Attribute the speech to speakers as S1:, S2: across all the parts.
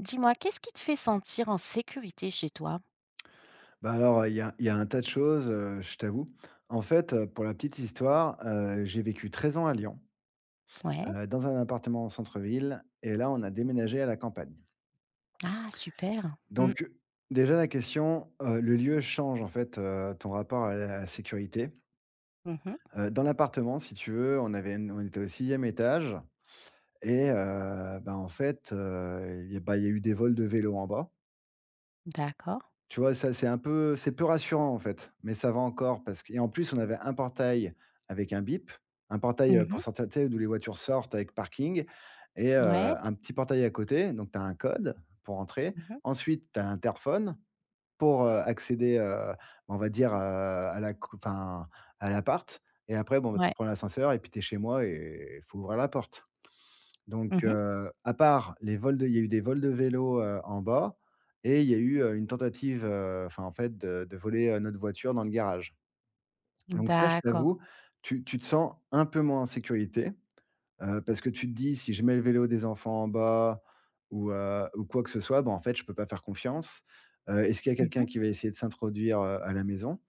S1: Dis-moi, qu'est-ce qui te fait sentir en sécurité chez toi?
S2: Bah, alors, il y a un tas de choses, je t'avoue. En fait, pour la petite histoire, j'ai vécu 13 ans à Lyon,
S1: Ouais.
S2: dans un appartement en centre-ville et là, on a déménagé à la campagne.
S1: Ah super. Mmh.
S2: Donc, déjà la question, le lieu change en fait, ton rapport à la sécurité.
S1: Mmh.
S2: Dans l'appartement, si tu veux, on avait une on était au sixième étage et en fait, il y a eu des vols de vélos en bas.
S1: D'accord.
S2: Tu vois, ça c'est peu rassurant en fait, mais ça va encore parce que et en plus on avait un portail avec un bip, un portail, pour
S1: Mmh.
S2: sortir, tu sais, d'où les voitures sortent avec parking et
S1: Ouais.
S2: un petit portail à côté, donc tu as un code pour entrer.
S1: Mmh.
S2: Ensuite, tu as l'interphone pour, accéder, on va dire, à la co enfin, à l'appart et après bon, bah, tu
S1: Ouais.
S2: prends l'ascenseur et puis tu es chez moi et il faut ouvrir la porte. Donc,
S1: Mmh.
S2: à part les vols de il y a eu des vols de vélos, en bas et il y a eu, une tentative, en fait, de voler, notre voiture dans le garage. Ah. Donc ça, je
S1: D'accord.
S2: t'avoue, tu te sens un peu moins en sécurité, parce que tu te dis: «Si je mets le vélo des enfants en bas ou ou quoi que ce soit, bah, en fait, je peux pas faire confiance. Est-ce qu'il y a quelqu'un
S1: Mmh.
S2: qui va essayer de s'introduire, à la maison?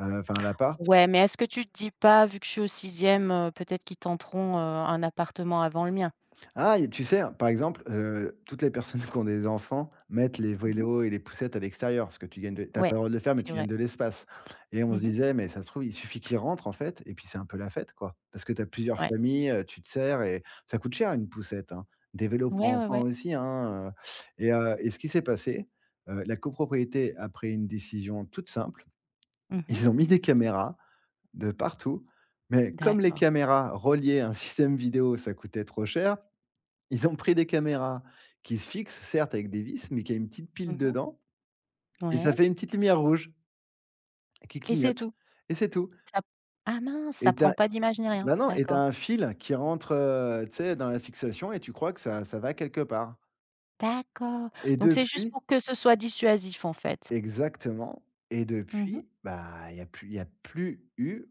S2: Enfin, à l'appart?»
S1: Ouais, mais est-ce que tu te dis pas: «Vu que je suis au sixième, e peut-être qu'ils tenteront, un appartement avant le mien»?
S2: Ah et tu sais, hein, par exemple, toutes les personnes qui ont des enfants mettent les
S1: Mmh.
S2: vélos et les poussettes à l'extérieur parce que tu pas
S1: Ouais,
S2: le droit de le faire, mais
S1: c'est
S2: tu gagnes
S1: vrai.
S2: de l'espace et on se
S1: Mmh.
S2: disait: «Mais ça se trouve, il suffit qu'ils rentrent en fait et puis c'est un peu la fête, quoi». Parce que tu as plusieurs
S1: Ouais.
S2: familles, tu te sers et ça coûte cher une poussette, hein. Des vélos pour
S1: Ouais, ouais,
S2: enfants
S1: ouais.
S2: aussi, hein, et ce qui s'est passé, la copropriété a pris une décision toute simple.
S1: Mmh.
S2: Ils ont mis des caméras de partout, mais comme les
S1: D'accord.
S2: caméras reliées à un système vidéo, ça coûtait trop cher, ils ont pris des caméras qui se fixent, certes avec des vis, mais qui a une petite pile
S1: Mmh.
S2: dedans et ça
S1: Ouais
S2: fait une petite lumière rouge qui
S1: et c'est
S2: clignote
S1: tout?
S2: et c'est tout
S1: Ça Ah mince, ça
S2: et tu
S1: prend
S2: as
S1: pas d'image ni rien?
S2: bah, non et tu as
S1: D'accord.
S2: un fil qui rentre, tu sais, dans la fixation et tu crois que ça va quelque part
S1: D'accord.
S2: et
S1: Donc c'est juste
S2: depuis
S1: pour que ce soit dissuasif en fait.
S2: exactement et
S1: Mmh mh.
S2: depuis, bah, il y a plus eu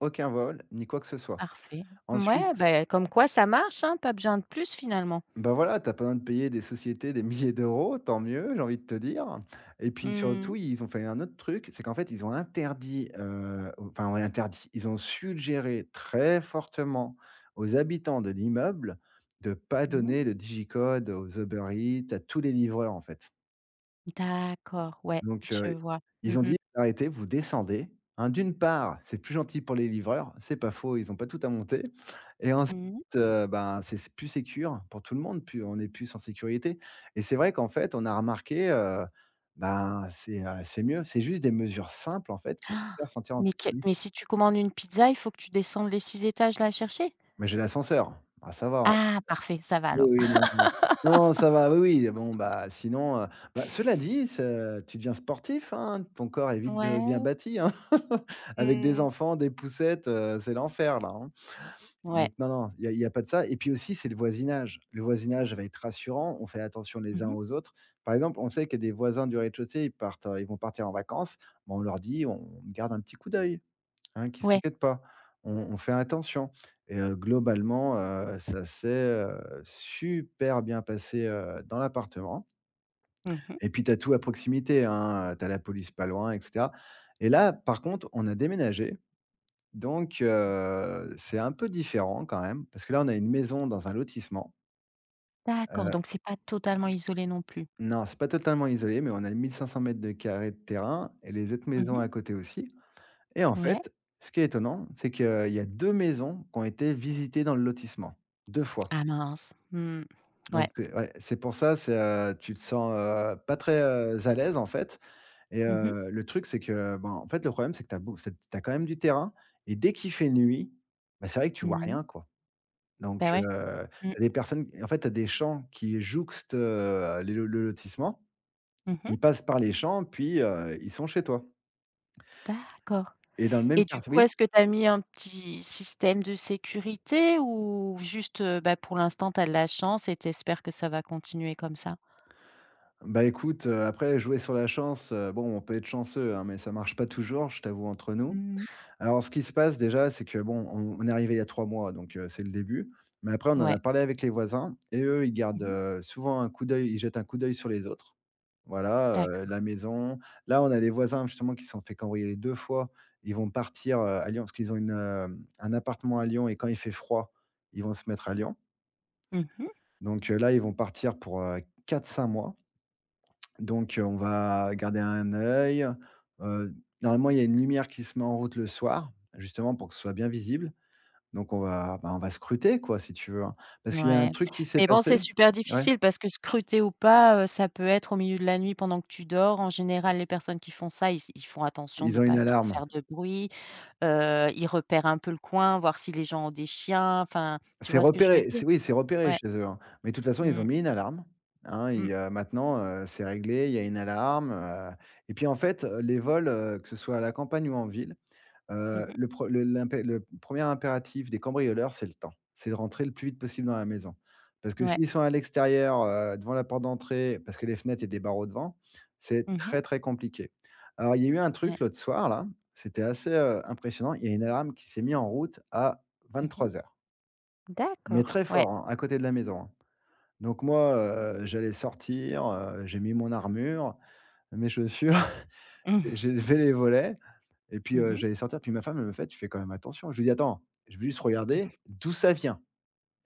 S2: aucun vol ni quoi que ce soit.
S1: Parfait. Ouais,
S2: Ensuite
S1: beh, comme quoi ça marche, hein, pas besoin de plus finalement.
S2: Bah, voilà, t'as pas besoin de payer des sociétés des milliers d'euros, tant mieux, j'ai envie de te dire et puis
S1: Mmh.
S2: surtout, ils ont fait un autre truc, c'est qu'en fait, ils ont interdit, enfin, ouais, interdit, ils ont suggéré très fortement aux habitants de l'immeuble de pas
S1: Mmh mh.
S2: donner le digicode aux Uber Eats, à tous les livreurs, en fait.
S1: D'accord, ouais,
S2: Donc
S1: je vois. Mmh
S2: ils ont
S1: mh.
S2: dit: «Arrêtez, vous descendez». Hein, d'une part, c'est plus gentil pour les livreurs, c'est pas faux, ils n'ont pas tout à monter et ensuite,
S1: Mmh mh.
S2: ben, c'est plus sécure pour tout le monde, plus on est plus en sécurité et c'est vrai qu'en fait, on a remarqué, ben, c'est mieux. C'est juste des mesures simples, en fait, qui vont te faire sentir en
S1: Mais
S2: sécurité.
S1: si tu commandes une pizza, il faut que tu descendes les 6 étages la chercher?
S2: Mais j'ai l'ascenseur, ah ça va, hein.
S1: Ah parfait, ça va
S2: Oui,
S1: alors.
S2: oui, non, non. Non, ça va, oui, oui, bon, bah, sinon, bah, cela dit, ce tu deviens sportif, hein, ton corps est vite, bien
S1: Ouais.
S2: bâti, hein. Avec des
S1: Mmh.
S2: enfants, des poussettes, c'est l'enfer là, hein.
S1: Ouais.
S2: Donc non, non, il n'y a pas de ça et puis aussi, c'est le voisinage. Le voisinage va être rassurant, on fait attention les
S1: Mmh
S2: uns
S1: mh.
S2: aux autres. Par exemple, on sait que des voisins du rez-de-chaussée, ils vont partir en vacances, bah, on leur dit: «On garde un petit coup d'œil». Hein, qui
S1: Ouais.
S2: s'inquiètent pas. On fait attention et globalement, ça s'est, super bien passé, dans l'appartement
S1: Mmh mh.
S2: et puis tu as tout à proximité, hein, tu as la police pas loin et cetera et là, par contre, on a déménagé donc c'est un peu différent quand même parce que là, on a une maison dans un lotissement.
S1: D'accord,
S2: Heu,
S1: donc c'est pas totalement isolé non plus.
S2: non, c'est pas totalement isolé mais on a 1 mètres de carrés de terrain et les autres
S1: Mmh
S2: maisons
S1: mh.
S2: à côté aussi. Et en
S1: Ouais.
S2: fait, ce qui est étonnant, c'est qu'il y a 2 maisons qui ont été visitées dans le lotissement, 2 fois.
S1: Ah mince. Mmh.
S2: Donc
S1: Ouais.
S2: c'est Ouais, c'est pour ça, tu te sens, pas très, à l'aise en fait et
S1: Mmh mh.
S2: le truc c'est que, bon, en fait, le problème c'est que tu as quand même du terrain et dès qu'il fait nuit, bah, c'est vrai que tu vois
S1: Mmh mh.
S2: rien quoi.
S1: Bah
S2: Donc
S1: ouais. Mmh.
S2: tu as des champs qui jouxtent, le lotissement.
S1: Mmh
S2: Ils
S1: mh.
S2: passent par les champs puis, ils sont chez toi
S1: D'accord.
S2: et dans le même
S1: Et du coup,
S2: quartier.
S1: est-ce que tu as mis un petit système de sécurité ou juste, bah, pour l'instant, tu as de la chance et tu espères que ça va continuer comme ça?
S2: Bah, écoute, après jouer sur la chance, bon, on peut être chanceux, hein, mais ça marche pas toujours, je t'avoue, entre nous.
S1: Mmh.
S2: Alors ce qui se passe déjà, c'est que bon, on est arrivé il y a 3 mois, donc c'est le début. Mais après, on en a
S1: Ouais.
S2: parlé avec les voisins et eux,
S1: Mmh mh.
S2: ils jettent un coup d'œil sur les autres. Voilà,
S1: D'accord.
S2: la maison. Là, on a les voisins justement qui se sont fait cambrioler 2 fois. Ils vont partir, à Lyon parce qu'ils ont un appartement à Lyon et quand il fait froid, ils vont se mettre à Lyon.
S1: Mmh mh.
S2: Donc là, ils vont partir pour, 4-5 mois. Donc, on va garder un œil, heu, normalement, il y a une lumière qui se met en route le soir, justement pour que ce soit bien visible. Donc bah, on va scruter quoi, si tu veux, hein. Parce qu'il y a un
S1: Ouais.
S2: truc qui s'est
S1: Mais bon,
S2: passé
S1: c'est super
S2: ouais,
S1: difficile parce que scruter ou pas, ça peut être au milieu de la nuit pendant que tu dors. En général, les personnes qui font ça, ils font attention
S2: ils
S1: de
S2: ont une
S1: pas trop
S2: alarme.
S1: faire de bruit, ils repèrent un peu le coin, voir si les gens ont des chiens, enfin, tu
S2: C'est
S1: vois ce que je veux
S2: repéré,
S1: dire?
S2: c'est oui, c'est repéré
S1: Ouais.
S2: chez eux, hein. Mais de toute façon, ils ont
S1: Mmh.
S2: mis une alarme, hein,
S1: Mmh.
S2: maintenant, c'est réglé, il y a une alarme, et puis en fait, les vols, que ce soit à la campagne ou en ville.
S1: Mmh mh.
S2: Le pre le l'impé le 1er impératif des cambrioleurs, c'est le temps. C'est de rentrer le plus vite possible dans la maison. Parce que
S1: Ouais.
S2: s'ils sont à l'extérieur, devant la porte d'entrée, parce que les fenêtres, et des barreaux devant, c'est
S1: Mmh mh.
S2: très, très compliqué. Alors il y a eu un
S1: Ouais.
S2: truc l'autre soir là, c'était assez, impressionnant. Il y a une alarme qui s'est mise en route à
S1: Mmh mh.
S2: 23 heures, mais très
S1: D'accord, ouais.
S2: fort, hein, à côté de la maison, hein. Donc moi, j'allais sortir, j'ai mis mon armure, mes chaussures. J'ai
S1: Mmh.
S2: j'ai levé les volets et puis,
S1: Mmh mh.
S2: j'allais sortir, puis ma femme, elle me fait: «Tu fais quand même attention». Je lui dis: «Attends, je vais juste regarder d'où ça vient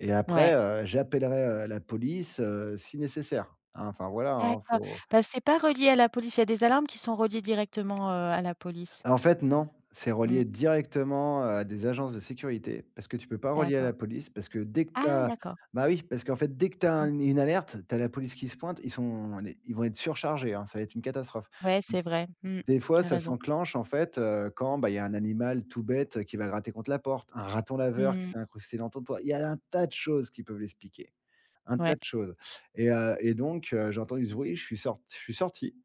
S2: et après,
S1: Ouais,
S2: j'appellerai, la police, si nécessaire», hein, enfin voilà, hein,
S1: d'accord.
S2: faut
S1: Parce c'est pas relié à la police, il y a des alarmes qui sont reliées directement, à la police.
S2: en fait non, c'est
S1: Mmh,
S2: relié directement à des agences de sécurité parce que tu peux pas relier à la
S1: d'accord.
S2: police parce que dès que tu
S1: Ah
S2: as
S1: d'accord.
S2: bah oui, parce qu'en fait, dès que tu as
S1: Mmh.
S2: un une alerte, tu as la police qui se pointe, ils sont les ils vont être surchargés, hein, ça va être une catastrophe.
S1: Ouais, c'est vrai. Mmh,
S2: Des fois,
S1: tu as
S2: ça
S1: raison.
S2: s'enclenche, en fait, quand, bah, il y a un animal tout bête, qui va gratter contre la porte, un raton laveur qui
S1: Mmh.
S2: s'est incrusté dans ton toit. Il y a un tas de choses qui peuvent l'expliquer, un tas
S1: Ouais.
S2: de choses et donc j'ai entendu ce bruit, je suis sorti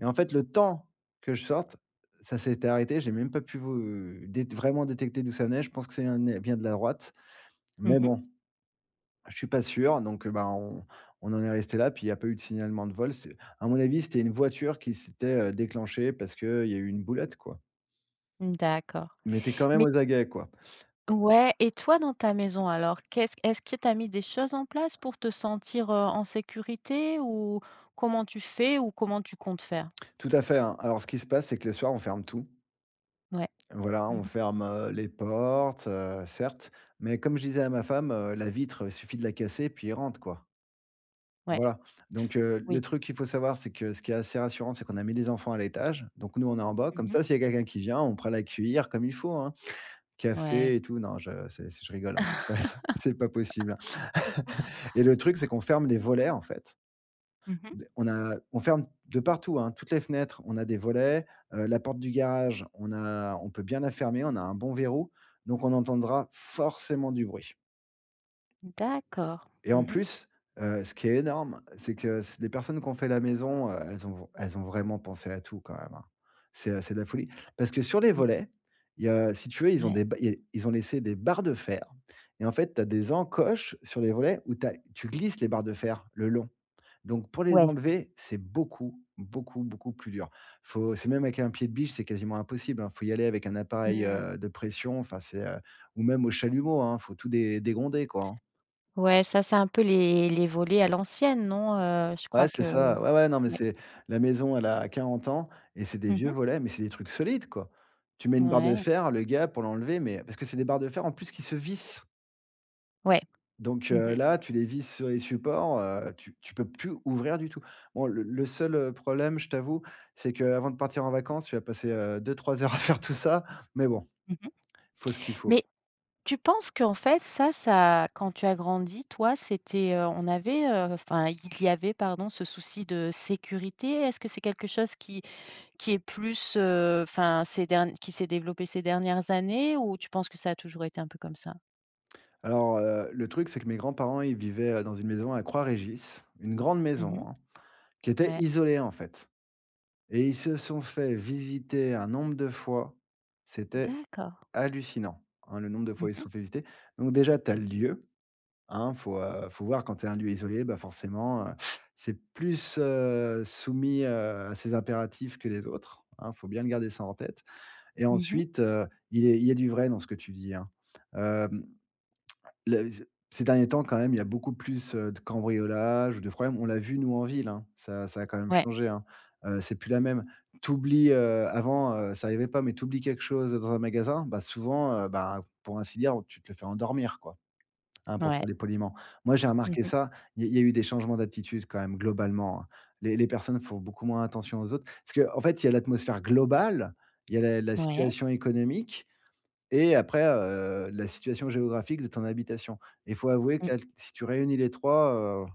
S2: et en fait, le temps que je sorte, ça s'était arrêté. J'ai même pas pu vous dé vraiment détecter d'où ça venait. Je pense que c'est un é de la droite,
S1: Mmh
S2: mais
S1: mh.
S2: bon, je suis pas sûr donc bah, on en est resté là puis il y a pas eu de signalement de vol. C'est à mon avis, c'était une voiture qui s'était, déclenchée parce qu'il y a eu une boulette, quoi.
S1: Mmh, d'accord.
S2: Mais t'es quand même
S1: Mais
S2: aux aguets, quoi.
S1: ouais et toi dans ta maison alors, qu'est-ce est-ce que tu as mis des choses en place pour te sentir, en sécurité ou comment tu fais ou comment tu comptes faire?
S2: Tout à fait, hein. Alors ce qui se passe, c'est que le soir, on ferme tout.
S1: Ouais.
S2: Voilà,
S1: Mmh
S2: on
S1: mh.
S2: ferme, les portes, certes, mais comme je disais à ma femme, la vitre, il suffit de la casser puis ils rentrent, quoi.
S1: Ouais.
S2: Voilà. Donc le
S1: Oui.
S2: truc qu'il faut savoir, c'est que ce qui est assez rassurant, c'est qu'on a mis les enfants à l'étage. Donc nous, on est en bas. Comme
S1: Mmh
S2: ça,
S1: mh.
S2: s'il y a quelqu'un qui vient, on pourra l'accueillir comme il faut, hein. Café
S1: Ouais.
S2: et tout. Non, je rigole, hein. C'est pas possible, hein. Et le truc, c'est qu'on ferme les volets, en fait.
S1: Mmh mh.
S2: On a on ferme de partout, hein, toutes les fenêtres, on a des volets, la porte du garage, on peut bien la fermer, on a un bon verrou, donc on entendra forcément du bruit.
S1: D'accord.
S2: Et
S1: Mmh
S2: en
S1: mh.
S2: plus, ce qui est énorme, c'est que c les personnes qui ont fait la maison, elles ont vraiment pensé à tout quand même, hein. C'est de la folie parce que sur les
S1: Mmh,
S2: volets, il y a si tu veux, ils ont
S1: ouais.
S2: des ba il y a ils ont laissé des barres de fer et en fait, tu as des encoches sur les volets tu glisses les barres de fer le long, donc pour les
S1: Ouais.
S2: enlever, c'est beaucoup, beaucoup, beaucoup plus dur. Faut c'est Même avec un pied de biche, c'est quasiment impossible, hein. Faut y aller avec un appareil,
S1: Mmh.
S2: de pression, enfin c'est, ou même au chalumeau, hein, faut tout dé dégonder, quoi, hein.
S1: Ouais, ça, c'est un peu les volets à l'ancienne, non? Je
S2: Ouais,
S1: crois
S2: c'est
S1: que
S2: ça. Ouais, ouais, non, mais
S1: ouais.
S2: c'est la maison, elle a 40 ans et c'est des vieux
S1: Mmh.
S2: volets, mais c'est des trucs solides, quoi. Tu mets une barre de
S1: Ouais.
S2: fer, le gars pour l'enlever, mais parce que c'est des barres de fer en plus qui se vissent.
S1: Ouais.
S2: Donc
S1: Mmh mh.
S2: là, tu les vises sur les supports, tu peux plus ouvrir du tout. Bon, le seul, problème, je t'avoue, c'est qu'avant de partir en vacances, tu vas passer, 2 heures à faire tout ça, mais bon,
S1: Mmh.
S2: faut ce qu'il faut.
S1: Mais tu penses qu'en fait, ça quand tu as grandi, toi, c'était, on avait, enfin, il y avait, pardon, ce souci de sécurité? Est-ce que c'est quelque chose qui est plus, enfin, ces dern qui s'est développé ces dernières années ou tu penses que ça a toujours été un peu comme ça?
S2: Alors, le truc, c'est que mes grands-parents, ils vivaient, dans une maison à Croix-Régis, une grande
S1: Mmh.
S2: maison, hein, qui était
S1: Ouais.
S2: isolée, en fait, et ils se sont fait visiter un nombre de fois, c'était
S1: D'accord.
S2: hallucinant, hein, le nombre de fois
S1: Mmh
S2: où ils se
S1: mh.
S2: sont fait visiter. Donc déjà, tu as le lieu. Hein, faut voir quand c'est un lieu isolé, bah, forcément, c'est plus, soumis, à ses impératifs que les autres, hein, faut bien le garder ça en tête. Et
S1: Mmh.
S2: ensuite, il y a du vrai dans ce que tu dis, hein. Hem, le Ces derniers temps quand même, il y a beaucoup plus, de cambriolages ou de problèmes. On l'a vu nous en ville, hein, ça ça a quand même
S1: Ouais.
S2: changé, hein. C'est plus la même. T'oublies oublies, Avant, ça arrivait pas, mais t'oublies quelque chose dans un magasin, bah, souvent, bah, pour ainsi dire, tu te le fais endormir, quoi, hein, pour
S1: Ouais.
S2: parler poliment. Moi, j'ai
S1: Mmh.
S2: remarqué ça, il y a eu des changements d'attitude quand même globalement, hein. Les personnes font beaucoup moins attention aux autres parce qu'en en fait, il y a l'atmosphère globale, il y a la
S1: Ouais.
S2: situation économique et après, la situation géographique de ton habitation. Il faut avouer
S1: Mmh.
S2: que là, si tu réunis les 3, heu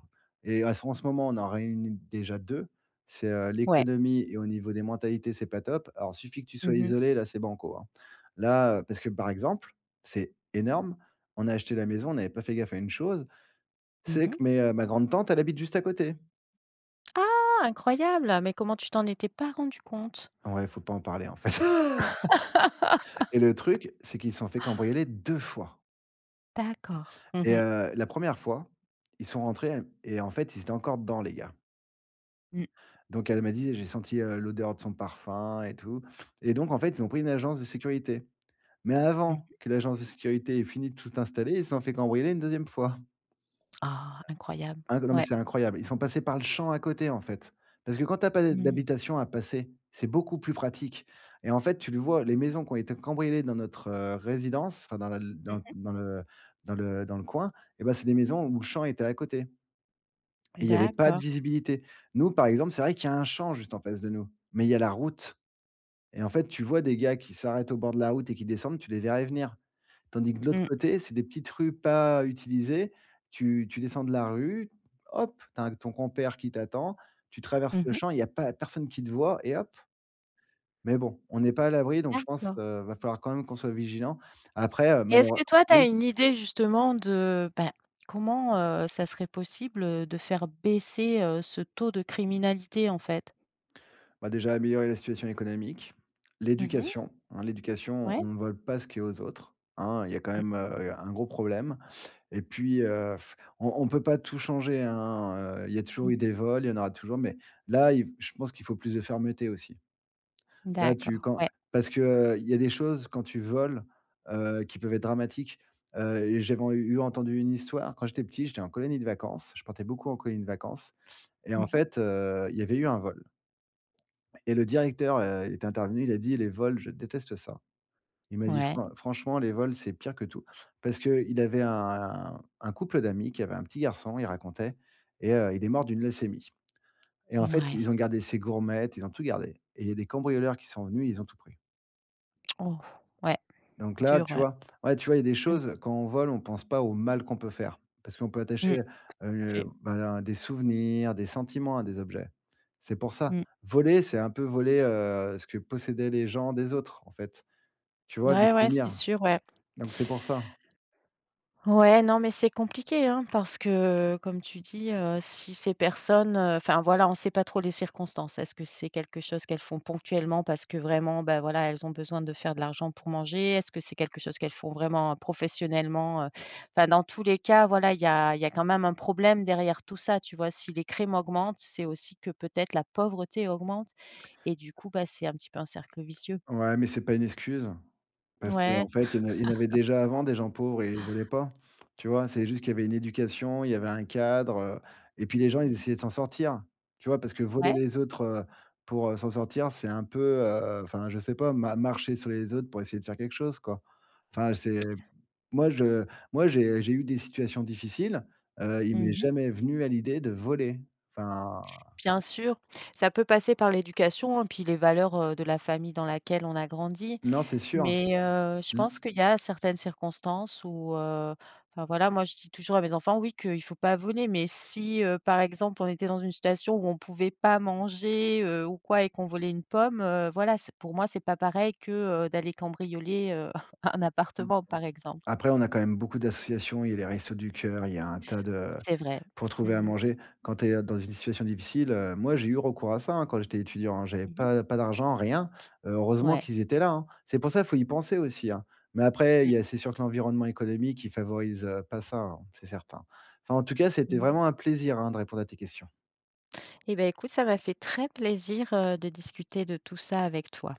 S2: et à ce en ce moment, on en réunit déjà 2, c'est,
S1: Ouais.
S2: l'économie et au niveau des mentalités, c'est pas top. Alors suffit que tu sois
S1: Mmh mh.
S2: isolé, là, c'est banco, hein. Là, parce que par exemple, c'est énorme, on a acheté la maison, on n'avait pas fait gaffe à une chose, c'est que
S1: Mmh.
S2: ma grande tante, elle habite juste à côté.
S1: Ah! Incroyable! Mais comment tu t'en étais pas rendu compte?
S2: Ouais, faut pas en parler, en fait. Et le truc, c'est qu'ils se sont fait cambrioler 2 fois.
S1: D'accord. Mmh
S2: Et
S1: mh.
S2: la première fois, ils sont rentrés et en fait, ils étaient encore dedans les gars.
S1: Mmh.
S2: Donc elle m'a dit: «J'ai senti, l'odeur de son parfum et tout» et donc en fait, ils ont pris une agence de sécurité. Mais avant que l'agence de sécurité ait fini de tout installer, ils se sont fait cambrioler une deuxième fois.
S1: Ah! Incroyable.
S2: Inc Non mais
S1: Ouais.
S2: c'est incroyable. Ils sont passés par le champ à côté en fait. Parce que quand tu as pas
S1: Mmh.
S2: d'habitation à passer, c'est beaucoup plus pratique et en fait, tu le vois, les maisons qui ont été cambriolées dans notre, résidence, enfin dans la dans
S1: Mmh.
S2: dans le dans le dans le coin, et ben, c'est des maisons où le champ était à côté. Et il y avait pas de
S1: D'accord.
S2: visibilité. Nous, par exemple, c'est vrai qu'il y a un champ juste en face de nous, mais il y a la route et en fait, tu vois des gars qui s'arrêtent au bord de la route et qui descendent, tu les verrais venir. Tandis que de l'autre
S1: Mmh.
S2: côté, c'est des petites rues pas utilisées, tu descends de la rue, hop, tu as ton compère qui t'attend, tu traverses le
S1: Mmh.
S2: champ, il y a pas personne qui te voit et hop. Mais bon, on n'est pas à l'abri donc je pense,
S1: D'accord.
S2: va falloir quand même qu'on soit vigilant. Après,
S1: Et est-ce
S2: malheureusement.
S1: que toi, tu as une idée justement de, ben, comment, ça serait possible, de faire baisser, ce taux de criminalité, en fait?
S2: Bah, déjà améliorer la situation économique,
S1: Mmh.
S2: l'éducation, hein, l'éducation,
S1: Ouais.
S2: on ne vole pas ce qui est aux autres, hein, il y a quand
S1: Mmh.
S2: même, un gros problème. Et puis, on ne peut pas tout changer, hein, il y a toujours eu
S1: Mmh.
S2: des vols, il y en aura toujours, mais là, il je pense qu'il faut plus de fermeté aussi. Là, tu
S1: D'accord.
S2: quand
S1: Ouais.
S2: Parce que, il y a des choses quand tu voles, qui peuvent être dramatiques, et j'avais en eu entendu une histoire quand j'étais petit, j'étais en colonie de vacances, je partais beaucoup en colonie de vacances et en
S1: Mmh mh.
S2: fait, il y avait eu un vol. Et le directeur, est intervenu, il a dit: «Les vols, je déteste ça». Il m'a dit:
S1: Ouais.
S2: «Franchement, les vols, c'est pire que tout». Parce qu'il avait un couple d'amis qui avait un petit garçon, il racontait, et il est mort d'une leucémie. Et en fait, ils ont gardé ses gourmettes, ils ont tout gardé et il y a des cambrioleurs qui sont venus, ils ont tout pris.
S1: Oh! Ouais,
S2: Donc là,
S1: dur,
S2: tu
S1: ouais.
S2: vois? Ouais, tu vois, il y a des
S1: Mmh.
S2: choses, quand on vole, on pense pas au mal qu'on peut faire. Parce qu'on peut
S1: Mmh.
S2: attacher,
S1: Fait.
S2: ben, des souvenirs, des sentiments à des objets. C'est pour ça.
S1: Mmh.
S2: Voler, c'est un peu voler, ce que possédaient les gens des autres, en fait. Tu vois? Des
S1: Ouais, ouais, c'est
S2: souvenirs.
S1: sûr, ouais.
S2: Donc c'est pour ça.
S1: Ouais, non, mais c'est compliqué, hein, parce que, comme tu dis, si ces personnes, enfin, voilà, on ne sait pas trop les circonstances. Est-ce que c'est quelque chose qu'elles font ponctuellement parce que vraiment, ben voilà, elles ont besoin de faire de l'argent pour manger? Est-ce que c'est quelque chose qu'elles font vraiment, professionnellement, heu? Enfin, dans tous les cas, voilà, il y a quand même un problème derrière tout ça, tu vois? Si les crimes augmentent, c'est aussi que peut-être la pauvreté augmente et du coup, bah, c'est un petit peu un cercle vicieux.
S2: Ouais, mais c'est pas une excuse, parce qu'en
S1: Ouais.
S2: fait, il y en avait déjà avant des gens pauvres et ils voulaient pas, tu vois? C'est juste qu'il y avait une éducation, il y avait un cadre, et puis les gens, ils
S1: Mmh.
S2: essayaient de s'en sortir, tu vois? Parce que voler
S1: Ouais.
S2: les autres, pour, s'en sortir, c'est un peu, enfin, je sais pas, ma marcher sur les autres pour essayer de faire quelque chose, quoi. Enfin, c'est moi, je Moi, j'ai eu des situations difficiles, il m'est
S1: Mmh.
S2: jamais venu à l'idée de voler. Enfin,
S1: Bien sûr, ça peut passer par l'éducation, hein, puis les valeurs, de la famille dans laquelle on a grandi.
S2: non, c'est sûr.
S1: Mais, je
S2: L
S1: pense qu'il y a certaines circonstances où, enfin voilà, moi je dis toujours à mes enfants: «Oui, qu'il faut pas voler», mais si, par exemple, on était dans une situation où on pouvait pas manger, ou quoi et qu'on volait une pomme, voilà, c'est pour moi, c'est pas pareil que, d'aller cambrioler, un
S2: Mmh.
S1: appartement, par exemple.
S2: Après, on a quand même beaucoup d'associations. Il y a les Restos du Cœur, il y a un tas de
S1: C'est vrai.
S2: pour trouver à
S1: Mmh mh.
S2: manger. Quand tu es dans une situation difficile, moi, j'ai eu recours à ça, hein, quand j'étais étudiant, hein. J'avais
S1: Mmh.
S2: pas d'argent, rien. Heureusement
S1: Ouais.
S2: qu'ils étaient là, hein. C'est pour ça, qu'il faut y penser aussi, hein. Mais après, il
S1: Mmh.
S2: y a c'est sûr que l'environnement économique, il favorise, pas ça, hein, c'est certain. Enfin, en tout cas, c'était
S1: Mmh.
S2: vraiment un plaisir, hein, de répondre à tes questions.
S1: Eh bien, écoute, ça m'a fait très plaisir, de discuter de tout ça avec toi.